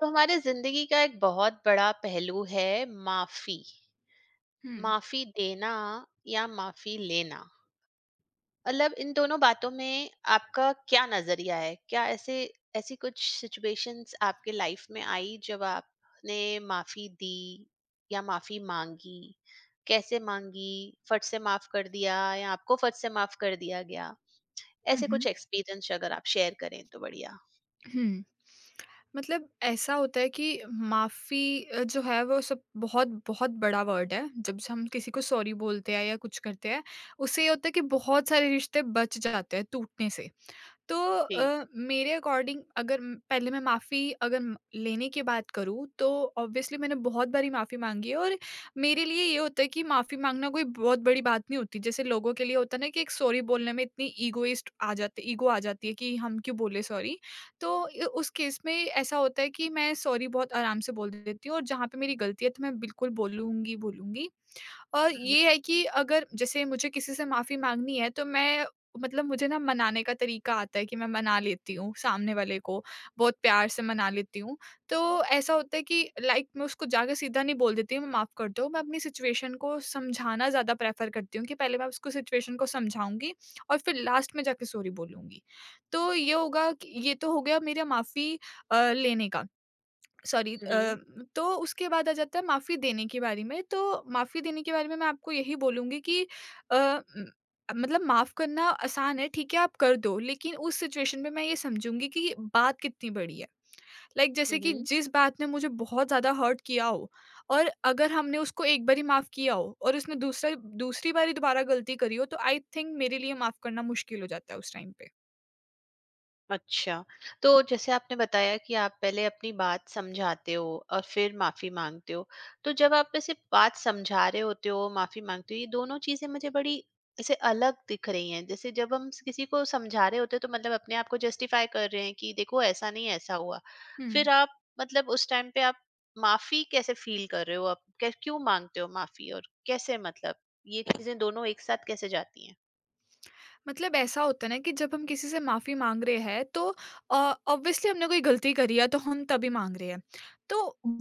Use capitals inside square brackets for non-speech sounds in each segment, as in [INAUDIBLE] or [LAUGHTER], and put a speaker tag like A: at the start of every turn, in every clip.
A: तो हमारे जिंदगी का एक बहुत बड़ा पहलू है माफी।
B: हुँ।
A: माफी देना या माफी लेना, मतलब इन दोनों बातों में आपका क्या नजरिया है? क्या ऐसे ऐसी कुछ सिचुएशंस आपके लाइफ में आई जब आपने माफी दी या माफी मांगी? कैसे मांगी? फट से माफ कर दिया या आपको फट से माफ कर दिया गया?
B: हुँ,
A: ऐसे कुछ
B: हुँ,
A: एक्सपीरियंस अगर आप शेयर करें तो बढ़िया।
B: हुँ। मतलब ऐसा होता है कि माफ़ी जो है वो सब बहुत बहुत बड़ा वर्ड है। जब स हम किसी को सॉरी बोलते हैं या कुछ करते हैं, उससे ये होता है कि बहुत सारे रिश्ते बच जाते हैं टूटने से। तो
A: जी।
B: मेरे अकॉर्डिंग, अगर म- पहले मैं माफ़ी अगर म- लेने की बात करूँ, तो ऑब्वियसली मैंने बहुत बारी माफ़ी मांगी है। और मेरे लिए ये होता है कि माफ़ी मांगना कोई बहुत बड़ी बात नहीं होती, जैसे लोगों के लिए होता है ना, कि एक सॉरी बोलने में इतनी ईगो आ जाती है कि हम क्यों बोले सॉरी। तो उस केस में ऐसा होता है कि मैं सॉरी बहुत आराम से बोल देती हूँ, और जहाँ पे मेरी गलती है तो मैं बिल्कुल बोलूँगी बोलूँगी।
A: हम्म,
B: ये है कि अगर जैसे मुझे किसी से माफ़ी माँगनी है, तो मैं मतलब मुझे ना मनाने का तरीका आता है कि मैं मना लेती हूँ सामने वाले को, बहुत प्यार से मना लेती हूँ। तो ऐसा होता है कि लाइक मैं उसको जाके सीधा नहीं बोल देती हूँ मैं माफ़ कर दो, मैं अपनी सिचुएशन को समझाना ज़्यादा प्रेफ़र करती हूँ कि पहले मैं उसको सिचुएशन को समझाऊँगी, और फिर लास्ट में जाके सॉरी बोलूँगी। तो ये होगा कि ये तो हो गया मेरा माफ़ी लेने का। सॉरी। तो उसके बाद आ जाता है माफ़ी देने की बारी में। तो माफ़ी देने के बारे में मैं आपको यही बोलूँगी कि अ, उम, मतलब माफ़ करना आसान है, ठीक है आप कर दो, लेकिन उस सिचुएशन में मैं ये समझूँगी कि बात कितनी बड़ी है। लाइक जैसे कि
A: हम्म।
B: जिस बात ने मुझे बहुत ज़्यादा हर्ट किया हो, और अगर हमने उसको एक बारी माफ़ किया हो, और उसने दूसरा दूसरी बारी दोबारा गलती करी हो, तो आई थिंक मेरे लिए माफ़ करना मुश्किल हो जाता है उस टाइम पे।
A: अच्छा, तो जैसे आपने बताया कि आप पहले अपनी बात समझाते हो और फिर माफ़ी माँगते हो। तो जब आप ऐसे बात समझा रहे होते हो, माफ़ी माँगते हो, ये दोनों चीज़ें मुझे बड़ी ऐसे अलग दिख रही हैं। जैसे जब हम स किसी को समझा रहे होते हैं, तो मतलब अपने आप को जस्टिफ़ाई कर रहे हैं कि देखो ऐसा नहीं, ऐसा हुआ।
B: हुँ।
A: फिर आप मतलब उस टाइम पे आप माफ़ी कैसे फ़ील कर रहे हो? आप कै क्यों माँगते हो माफ़ी और कैसे, मतलब ये चीज़ें दोनों एक साथ कैसे जाती
B: मतलब ऐसा होता है ना कि जब हम किसी से माफ़ी माँग रहे हैं, तो ऑब्वियसली हमने कोई गलती करी है, तो हम तभी माँग रहे हैं। तो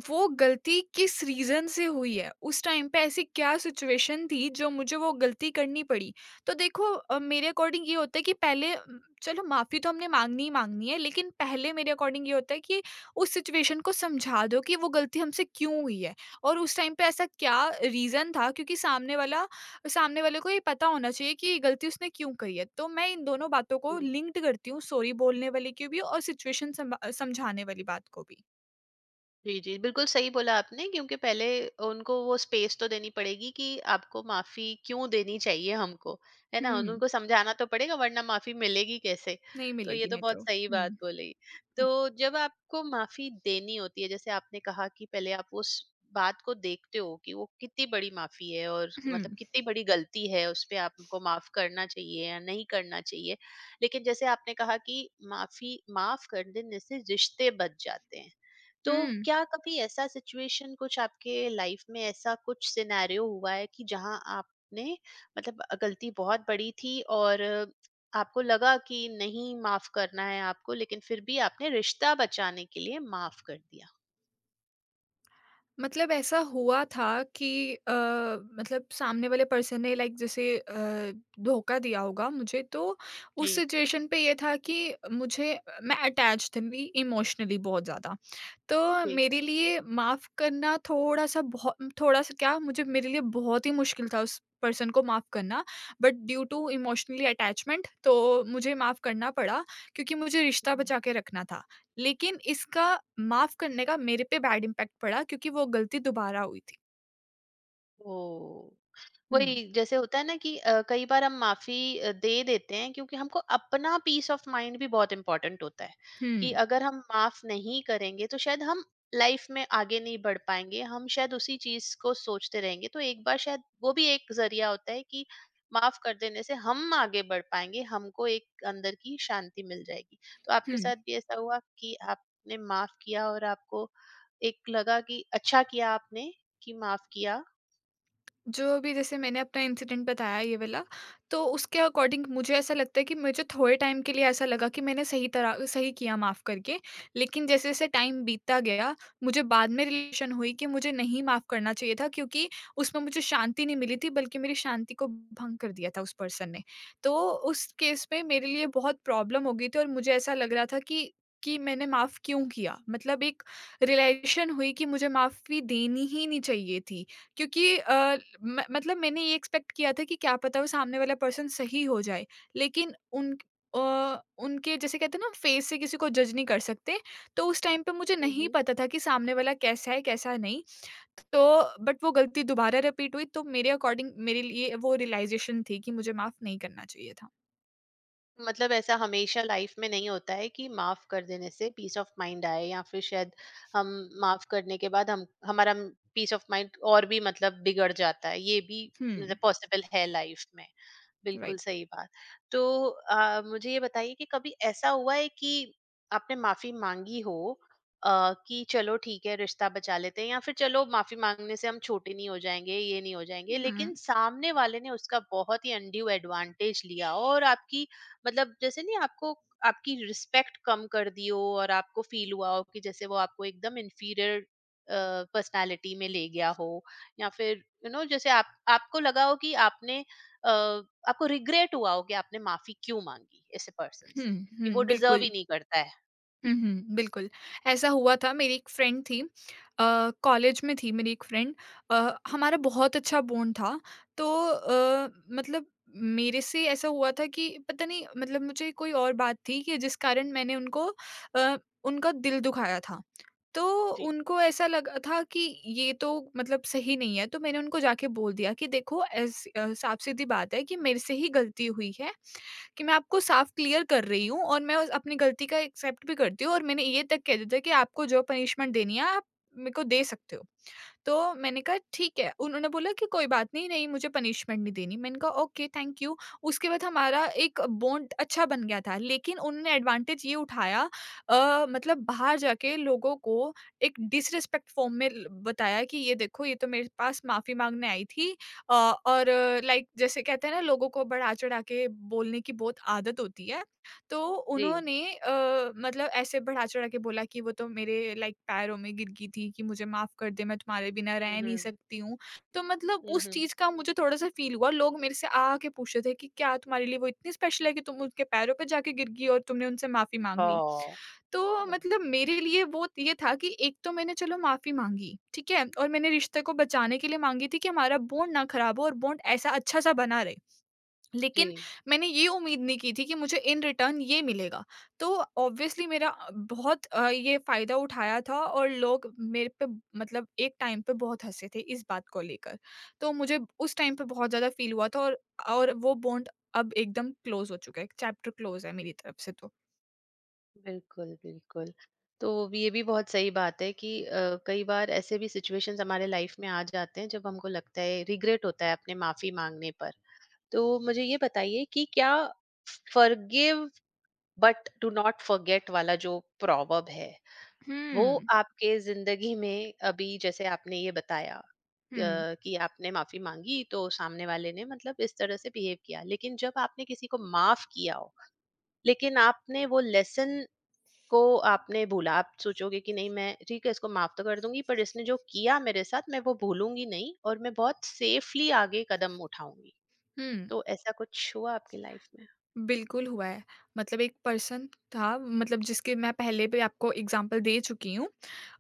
B: वो गलती किस रीज़न से हुई है? उस टाइम पे ऐसी क्या सिचुएशन थी जो मुझे वो गलती करनी पड़ी? तो देखो मेरे अकॉर्डिंग ये होता है कि पहले चलो माफ़ी तो हमने माँगनी ही माँगनी है, लेकिन पहले मेरे अकॉर्डिंग ये होता है कि उस सिचुएशन को समझा दो कि वो गलती हमसे क्यों हुई है। और उस टाइम पे ऐसा क्या रीज़न था, क्योंकि सामने वाला और सामने वाले को ये पता होना चाहिए कि ये गलती उसने क्यों करी है। तो मैं इन दोनों बातों को
A: हैं?
B: लिंक्ड करती हूँ, सॉरी बोलने वाले की भी, और सिचुएशन संभा समझाने वाली बात को भी।
A: जी, जी, बिल्कुल सही बोला आपने क्योंकि पहले उनको वो स्पेस तो देनी पड़ेगी कि आपको माफ़ी क्यों देनी चाहिए हमको, है ना?
B: हुँ,
A: उनको समझाना तो पड़ेगा वरना माफ़ी मिलेगी कैसे?
B: नहीं
A: तो ये
B: मिलेगी
A: तो
B: नहीं तो।
A: बहुत सही
B: हुँ,
A: बात बोली।
B: हुँ,
A: तो जब आपको माफ़ी देनी होती है, जैसे आपने कहा कि पहले आप उस बात को देखते हो कि वो कितनी बड़ी माफ़ी है और मतलब
B: हुँ,
A: कितनी बड़ी गलती है, उस पे आपको माफ़ करना चाहिए या नहीं करना चाहिए। लेकिन जैसे आपने कहा कि माफ़ी माफ़ कर देने से रिश्ते बच जाते हैं। तो
B: हुँ।
A: क्या कभी ऐसा सिचुएशन कुछ आपके लाइफ में ऐसा कुछ सिनेरियो हुआ है कि जहां आपने, मतलब गलती बहुत बड़ी थी और आपको लगा कि नहीं माफ करना है आपको, लेकिन फिर भी आपने रिश्ता बचाने के लिए माफ कर दिया?
B: मतलब ऐसा हुआ था कि मतलब सामने वाले पर्सन ने लाइक जैसे धोखा दिया होगा मुझे। तो उस
A: जी।
B: सिचुएशन पे ये था कि मुझे मैं अटैच थी इमोशनली बहुत ज़्यादा। तो
A: जी।
B: मेरे लिए माफ़ करना थोड़ा सा बहुत थोड़ा सा क्या मुझे मेरे लिए बहुत ही मुश्किल था उस पर्सन को माफ़ करना। But due to emotionally attachment, तो मुझे माफ़ करना पड़ा, क्योंकि मुझे रिश्ता
A: हम्म।
B: बचा के रखना था। लेकिन इसका माफ़ करने का मेरे पे बैड इम्पैक्ट पड़ा, क्योंकि वो गलती दोबारा हुई थी।
A: ओ। वही
B: हुँ,
A: जैसे होता है ना कि कई बार हम माफी दे देते हैं क्योंकि हमको अपना पीस ऑफ माइंड भी बहुत इंपॉर्टेंट होता है
B: हुँ,
A: कि अगर हम माफ नहीं करेंगे तो शायद हम लाइफ में आगे नहीं बढ़ पाएंगे, हम शायद उसी चीज को सोचते रहेंगे। तो एक बार शायद वो भी एक जरिया होता है कि माफ कर देने से हम आगे बढ़ पाएंगे, हमको एक अंदर की शांति मिल जाएगी। तो आपके
B: हुँ।
A: साथ भी ऐसा हुआ कि आपने माफ किया और आपको एक लगा कि अच्छा किया आपने कि माफ किया?
B: जो अभी जैसे मैंने अपना इंसिडेंट बताया ये वाला, तो उसके अकॉर्डिंग मुझे ऐसा लगता है कि मुझे थोड़े टाइम के लिए ऐसा लगा कि मैंने सही किया माफ़ करके। लेकिन जैसे-जैसे टाइम बीतता गया, मुझे बाद में रियलाइज़ेशन हुई कि मुझे नहीं माफ़ करना चाहिए था, क्योंकि उसमें मुझे शांति नहीं मिली थी, बल्कि मेरी शांति को भंग कर दिया था उस पर्सन ने। तो उस केस में मेरे लिए बहुत प्रॉब्लम हो गई थी, और मुझे ऐसा लग रहा था कि मैंने माफ़ क्यों किया। मतलब एक रियलाइज़ेशन हुई कि मुझे माफ़ी देनी ही नहीं चाहिए थी। क्योंकि अ, म मतलब मैंने ये एक्सपेक्ट किया था कि क्या पता वो सामने वाला पर्सन सही हो जाए। लेकिन अ, उनके, जैसे कहते हैं ना, हम फेस से किसी को जज नहीं कर सकते, तो उस टाइम पे मुझे नहीं पता था कि सामने वाला कैसा है, कैसा नहीं। तो बट वो गलती दोबारा रिपीट हुई, तो मेरे अकॉर्डिंग मेरे लिए वो रियलाइज़ेशन थी कि मुझे माफ़ नहीं करना चाहिए था।
A: मतलब ऐसा हमेशा लाइफ में नहीं होता है कि माफ कर देने से पीस ऑफ माइंड आए या फिर शायद हम माफ करने के बाद हम हमारा पीस ऑफ माइंड और भी मतलब बिगड़ जाता है, ये भी
B: हुँ,
A: मतलब पॉसिबल है लाइफ में। बिल्कुल
B: राइट।
A: सही बात। तो मुझे ये बताइए कि कभी ऐसा हुआ है कि आपने माफी मांगी हो, कि चलो ठीक है रिश्ता बचा लेते हैं या फिर चलो माफी मांगने से हम छोटे नहीं हो जाएंगे, ये नहीं हो जाएंगे,
B: हुँ,
A: लेकिन सामने वाले ने उसका बहुत ही अनड्यू एडवांटेज लिया हो और आपकी, मतलब जैसे नहीं, आपको आपकी रिस्पेक्ट कम कर दी हो और आपको फील हुआ हो कि जैसे वो आपको एकदम इन्फीरियर पर्सनालिटी में ले गया हो, या फिर यू you नो know, जैसे आप आपको लगा हो कि आपने, अ, आपको रिग्रेट हुआ हो कि आपने माफी क्यों मांगी ऐसे पर्सन
B: हुँ,
A: से कि वो
B: हुँ,
A: डिजर्व ही
B: बिल्कुल।
A: नहीं करता है?
B: हुँ, हुँ, बिल्कुल। ऐसा हुआ था, मेरी एक फ्रेंड थी, कॉलेज में थी मेरी एक फ्रेंड। हमारा बहुत अच्छा बॉन्ड था। तो मतलब मेरे से ऐसा हुआ था कि पता नहीं, मतलब मुझे कोई और बात थी कि जिस कारण मैंने उनको, अ, उनका दिल दुखाया था। तो
A: जी।
B: उनको ऐसा लगा था कि ये तो मतलब सही नहीं है, तो मैंने उनको जाके बोल दिया कि देखो, साफ-सीधी बात है कि मेरे से ही गलती हुई है। कि मैं आपको साफ क्लियर कर रही हूँ, और मैं उस अपनी गलती का एक्सेप्ट भी करती हूँ, और मैंने ये तक कह दिया था कि आपको जो पनिशमेंट देनी है आप मेरे को दे सकते हो। तो मैंने कहा ठीक है, उन्होंने बोला कि कोई बात नहीं, नहीं मुझे पनिशमेंट नहीं देनी। मैंने कहा ओके, थैंक यू। उसके बाद हमारा एक बॉन्ड अच्छा बन गया था, लेकिन उन्होंने एडवांटेज ये उठाया, मतलब बाहर जाके लोगों को एक डिसरिस्पेक्ट फ़ॉर्म में ल बताया कि ये देखो ये तो मेरे पास माफ़ी माँगने आई थी। और लाइक जैसे कहते हैं ना, लोगों को बढ़ा-चढ़ा के बोलने की बहुत आदत होती है। तो
A: जी।
B: उन्होंने मतलब ऐसे बढ़ा चढ़ा के बोला कि वो तो मेरे लाइक पैरों में गिर गई थी कि मुझे माफ कर दे, मैं तुम्हारे बिना रह
A: हम्म,
B: नहीं
A: हम्म।
B: सकती हूँ। तो मतलब
A: हम्म,
B: उस
A: हम्म।
B: चीज़ का मुझे थोड़ा-सा फ़ील हुआ, लोग मेरे से आ के पूछ रहे थे कि क्या तुम्हारे लिए वो इतनी स्पेशल है कि तुम उनके पैरों पे जाके गिर गई और तुमने उनसे माफ़ी माँग ली?
A: हाँ।
B: तो
A: हाँ,
B: मतलब मेरे लिए वो ये था कि एक तो मैंने चलो माफ़ी माँगी, ठीक है? और मैंने रिश्ते को बचाने के लिए माँगी थी कि हमारा बॉन्ड ना खराब हो, और बॉन्ड ऐसा अच्छा-सा बना रहे।
A: जी।
B: लेकिन मैंने ये उम्मीद नहीं की थी कि मुझे इन रिटर्न ये मिलेगा। तो ऑब्वियसली मेरा बहुत ये फ़ायदा उठाया था, और लोग मेरे पे मतलब एक टाइम पे बहुत हँसे थे इस बात को लेकर। तो मुझे उस टाइम पे बहुत ज़्यादा फ़ील हुआ था, और वो बॉन्ड अब एकदम क्लोज़ हो चुका है, एक चैप्टर क्लोज़ है मेरी तरफ से तो।
A: बिल्कुल, बिल्कुल। तो ये भी बहुत सही बात है कि कई बार ऐसे भी सिचुएशंस हमारे लाइफ में आ जाते हैं जब हमको लगता है रिग्रेट होता है अपने माफ़ी माँगने पर। तो मुझे ये बताइए कि क्या forgive but do not forget वाला जो प्रॉवर्ब है, वो
B: हुँ,
A: आपके ज़िंदगी में, अभी जैसे आपने ये बताया
B: हुँ,
A: कि आपने माफ़ी माँगी तो सामने वाले ने मतलब इस तरह से बिहेव किया। लेकिन जब आपने किसी को माफ़ किया हो, लेकिन आपने वो लेसन को आपने भूला, आप सोचोगे कि नहीं, मैं ठीक है इसको माफ तो कर दूंगी पर इसने जो किया मेरे साथ मैं वो भूलूंगी नहीं और मैं बहुत सेफली आगे कदम उठाऊंगी।
B: हुँ।
A: तो ऐसा कुछ हुआ आपकी लाइफ
B: बिल्कुल हुआ है। मतलब एक पर्सन था, मतलब जिसके मैं पहले भी आपको एग्ज़ाम्पल दे चुकी हूँ।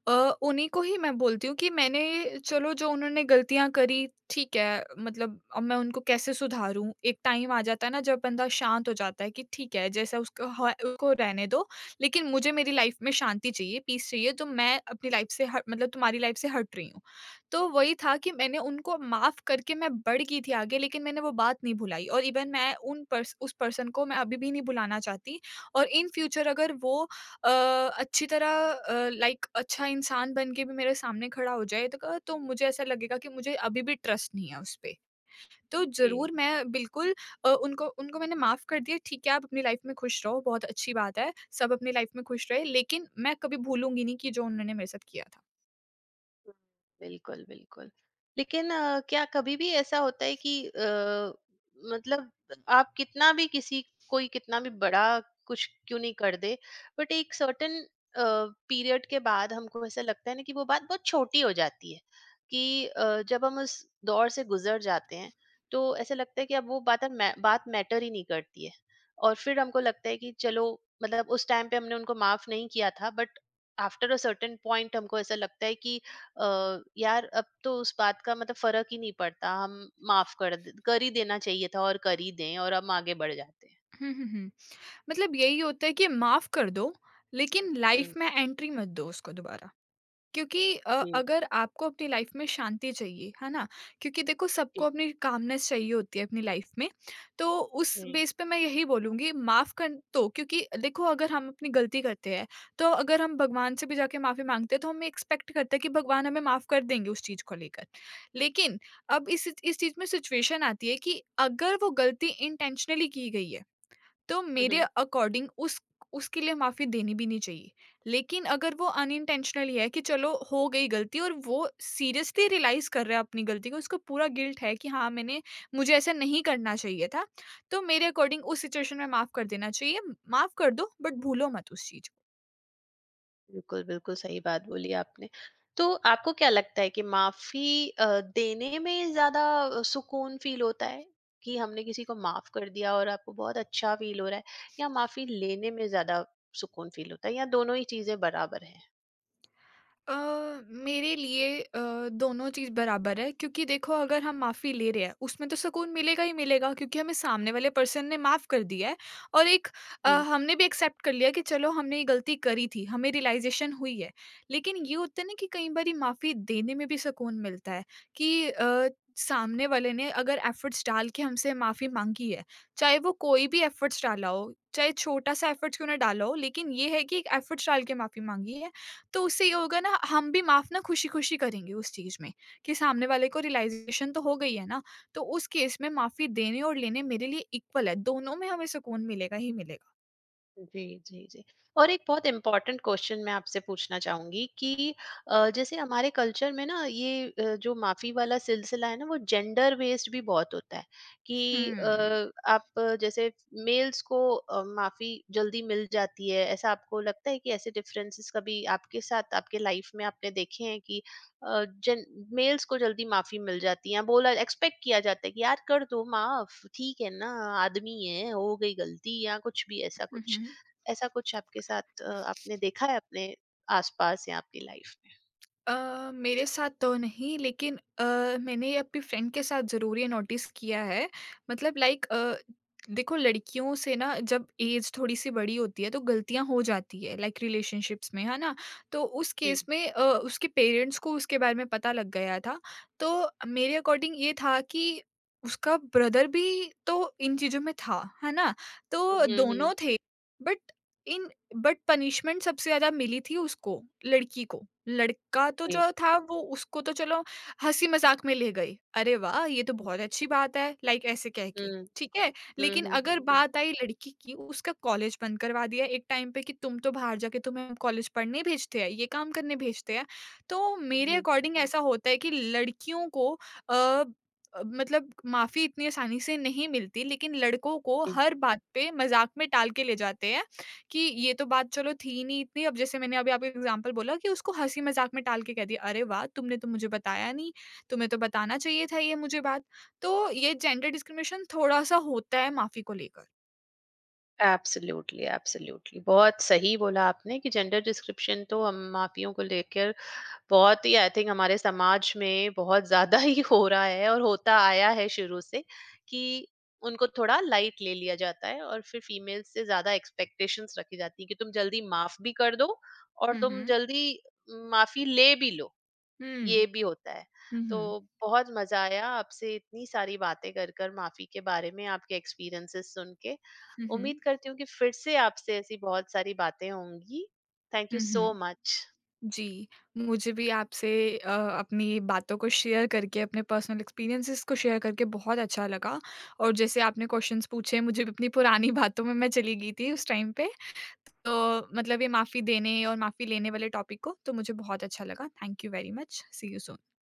B: अ, उन्हीं को ही मैं बोलती हूँ कि मैंने चलो जो उन्होंने गलतियाँ करी ठीक है, मतलब अब मैं उनको कैसे सुधारूँ? एक टाइम आ जाता है ना जब बंदा शांत हो जाता है कि ठीक है, जैसा उसका है उसको रहने दो, लेकिन मुझे मेरी लाइफ में शांति चाहिए, पीस चाहिए, तो मैं अपनी लाइफ से ह मतलब तुम्हारी लाइफ से हट रही हूँ। तो वही था कि मैंने उनको माफ़ करके मैं बढ़ गई थी आगे, लेकिन मैंने वो बात नहीं भुलाई, और इवन मैं उन पर्स उस पर्सन को मैं अभी भी नहीं भुलाना चाहती। और इन फ्यूचर अगर वो अ, अच्छी तरह लाइक अच्छा इंसान बन के भी मेरे सामने खड़ा हो जाएगा, तो मुझे ऐसा लगेगा कि मुझे अभी भी ट्रस्ट नहीं है उस पे। तो
A: में?
B: ज़रूर, मैं बिल्कुल उनको उनको मैंने माफ़ कर दिया, ठीक है आप अपनी लाइफ़ में खुश रहो, बहुत अच्छी बात है, सब अपनी लाइफ़ में खुश रहे, लेकिन मैं कभी भूलूँगी नहीं कि जो उन्होंने मेरे साथ किया था।
A: बिल्कुल, बिल्कुल। लेकिन क्या कभी भी ऐसा होता है कि मतलब आप कितना भी, किसी कोई कितना भी बड़ा कुछ क्यों नहीं कर दे, बट एक सर्टेन अ, पीरियड के बाद हमको ऐसा लगता है ना कि वो बात बहुत छोटी हो जाती है, कि जब हम उस दौर से गुज़र जाते हैं, तो ऐसा लगता है कि अब वो बात, अब मै बात मैटर ही नहीं करती है। और फिर हमको लगता है कि चलो, मतलब उस टाइम पे हमने उनको माफ़ नहीं किया था, but after a certain point हमको ऐसा लगता है कि यार अब तो उस बात का मतलब फर्क ही नहीं पड़ता, हम माफ कर ही देना चाहिए था और कर ही दें और हम आगे बढ़ जाते हैं।
B: [LAUGHS] हुँ, हुँ, हुँ। मतलब यही होता है कि माफ़ कर दो, लेकिन
A: हम्म।
B: लाइफ़ में एंट्री मत दो उसको दोबारा। क्योंकि
A: जी,
B: अगर आपको अपनी लाइफ में शांति चाहिए, है ना? क्योंकि देखो सबको
A: जी,
B: अपनी कामनेस चाहिए होती है अपनी लाइफ में, तो उस
A: जी।
B: बेस पे मैं यही बोलूँगी माफ़ कर तो, क्योंकि देखो अगर हम अपनी गलती करते हैं, तो अगर हम भगवान से भी जाके माफ़ी माँगते हैं, तो हम एक्सपेक्ट करते हैं कि भगवान हमें माफ़ कर देंगे उस चीज़ को लेकर। लेकिन अब इस चीज़ में सिचुएशन आती है कि अगर वो गलती इंटेंशनली की गई है, तो
A: हम्म,
B: मेरे अकॉर्डिंग उस उसके लिए माफ़ी देनी भी नहीं चाहिए। लेकिन अगर वो अनइंटेंशनली है कि चलो हो गई गलती, और वो सीरियसली रियलाइज़ कर रहा है अपनी गलती को, उसको पूरा गिल्ट है कि हाँ, मैंने मुझे ऐसा नहीं करना चाहिए था। तो मेरे अकॉर्डिंग उस सिचुएशन में माफ़ कर देना चाहिए। माफ़ कर दो बट भूलो मत उस चीज़ को।
A: बिल्कुल बिल्कुल सही बात बोली आपने। तो आपको क्या लगता है कि माफी देने में ज्यादा सुकून फील होता है कि हमने किसी को माफ कर दिया और आपको बहुत अच्छा फील हो रहा है, या माफी लेने में ज्यादा सुकून फील होता है, या दोनों ही चीजें बराबर है?
B: अ, मेरे लिए दोनों चीज़ बराबर है, क्योंकि देखो अगर हम माफ़ी ले रहे हैं उसमें तो सुकून मिलेगा ही मिलेगा, क्योंकि हमें सामने वाले पर्सन ने माफ़ कर दिया है, और हमने भी एक्सेप्ट कर लिया कि चलो हमने ये गलती करी थी, हमें रियलाइजेशन हुई है। लेकिन ये होता है ना कि कई बारी माफ़ी देने में भी सुकून मिलता है, कि सामने वाले ने अगर एफर्ट्स डाल के हमसे माफ़ी मांगी है, चाहे वो कोई भी एफर्ट्स डाला हो, चाहे छोटा सा एफर्ट्स क्यों ना डाला हो, लेकिन ये है कि एक एफर्ट्स डाल के माफ़ी मांगी है। तो उससे ये होगा ना, हम भी माफ़ ना खुशी-खुशी करेंगे उस चीज़ में, कि सामने वाले को रियलाइज़ेशन तो हो गई है ना, तो उस केस में माफ़ी देने और लेने मेरे लिए इक्वल है, दोनों में हमें सुकून मिलेगा ही मिलेगा।
A: जी, जी, जी। और एक बहुत इम्पोर्टेंट क्वेश्चन मैं आपसे पूछना चाहूँगी कि जैसे हमारे कल्चर में ना ये जो माफ़ी वाला सिलसिला है ना, वो जेंडर बेस्ड भी बहुत होता है कि
B: हुँ।
A: आप जैसे मेल्स को माफ़ी जल्दी मिल जाती है। ऐसा आपको लगता है कि ऐसे डिफरेंसेस कभी आपके साथ, आपके लाइफ में आपने देखे हैं कि अ, जेन मेल्स को जल्दी माफ़ी मिल जाती है या बोला एक्सपेक्ट किया जाता है कि यार कर दो माफ़, ठीक है ना, आदमी है, हो गई गलती या कुछ भी ऐसा
B: हुँ,
A: कुछ?
B: हुँ,
A: ऐसा कुछ आपके साथ, आपने देखा है अपने आसपास या अपनी लाइफ में?
B: मेरे साथ तो नहीं, लेकिन मैंने अपनी फ्रेंड के साथ ज़रूर ये नोटिस किया है। मतलब लाइक देखो लड़कियों से ना, जब एज थोड़ी-सी बड़ी होती है, तो गलतियाँ हो जाती है लाइक रिलेशनशिप्स में, है ना? तो उस
A: जी।
B: केस में उसके पेरेंट्स को उसके बारे में पता लग गया था। तो मेरे अकॉर्डिंग ये था कि उसका ब्रदर भी तो इन चीज़ों में था, है ना? तो
A: हम्म, हम्म।
B: दोनों थे, बट इन बट पनिशमेंट सबसे ज़्यादा मिली थी उसको, लड़की को। लड़का तो
A: जी।
B: जो था वो उसको तो चलो हँसी-मज़ाक में ले गई। "अरे वाह! ये तो बहुत
A: हम्म,
B: अच्छी बात है।" लाइक ऐसे कह के, ठीक है?
A: हम्म,
B: लेकिन
A: हम्म,
B: अगर
A: हम्म।
B: बात आई लड़की की, उसका कॉलेज बंद करवा दिया एक टाइम पे कि तुम तो बाहर जाके, तुम्हें हम कॉलेज पढ़ने भेजते हैं, ये काम करने भेजते हैं। तो मेरे
A: हम्म।
B: अकॉर्डिंग ऐसा होता है कि लड़कियों को अ मतलब माफ़ी इतनी आसानी से नहीं मिलती, लेकिन लड़कों को
A: जी।
B: हर बात पे मज़ाक में टाल के ले जाते हैं। कि ये तो बात चलो थी नहीं इतनी, अब जैसे मैंने अभी आपको एग्ज़ाम्पल बोला कि उसको हँसी-मज़ाक में टाल के कह दिया, "अरे वाह! तुमने तो मुझे बताया नहीं, तुम्हें तो बताना चाहिए था ये मुझे बात।" तो ये जेंडर डिस्क्रिमिनेशन थोड़ा-सा होता है माफ़ी को लेकर।
A: एब्सोल्युटली एब्सोल्युटली बहुत सही बोला आपने कि जेंडर डिस्क्रिप्शन तो हम माफियों को लेकर बहुत ही, आई थिंक, हमारे समाज में बहुत ज्यादा ही हो रहा है और होता आया है शुरू से कि उनको थोड़ा लाइट ले लिया जाता है और फिर फीमेल्स से ज्यादा एक्सपेक्टेशंस रखी जाती है कि तुम जल्दी माफ भी कर दो और
B: हुँ,
A: तुम
B: हुँ।
A: जल्दी माफी ले भी लो,
B: हुँ।
A: ये भी होता है।
B: हुँ,
A: तो
B: हुँ।
A: बहुत मजा आया आपसे इतनी सारी बातें कर कर माफी के बारे में आपके एक्सपीरियंसेस सुन के।
B: हुँ, हुँ।
A: उम्मीद करती हूँ कि फिर से आपसे ऐसी बहुत सारी बातें होंगी। Thank you
B: hmm,
A: so
B: hmm.
A: Much.
B: जी, मुझे भी आपसे अ, अपनी बातों को शेयर करके, अपने पर्सनल एक्सपीरियंसेस को शेयर करके बहुत अच्छा लगा। और जैसे आपने क्वेश्चन्स पूछे, मुझे भी अपनी पुरानी [LAUGHS] बातों में मैं चली गई थी उस टाइम पे। तो मतलब ये माफ़ी देने और माफ़ी लेने वाले टॉपिक को तो मुझे बहुत अच्छा लगा। Thank you very much. See you soon.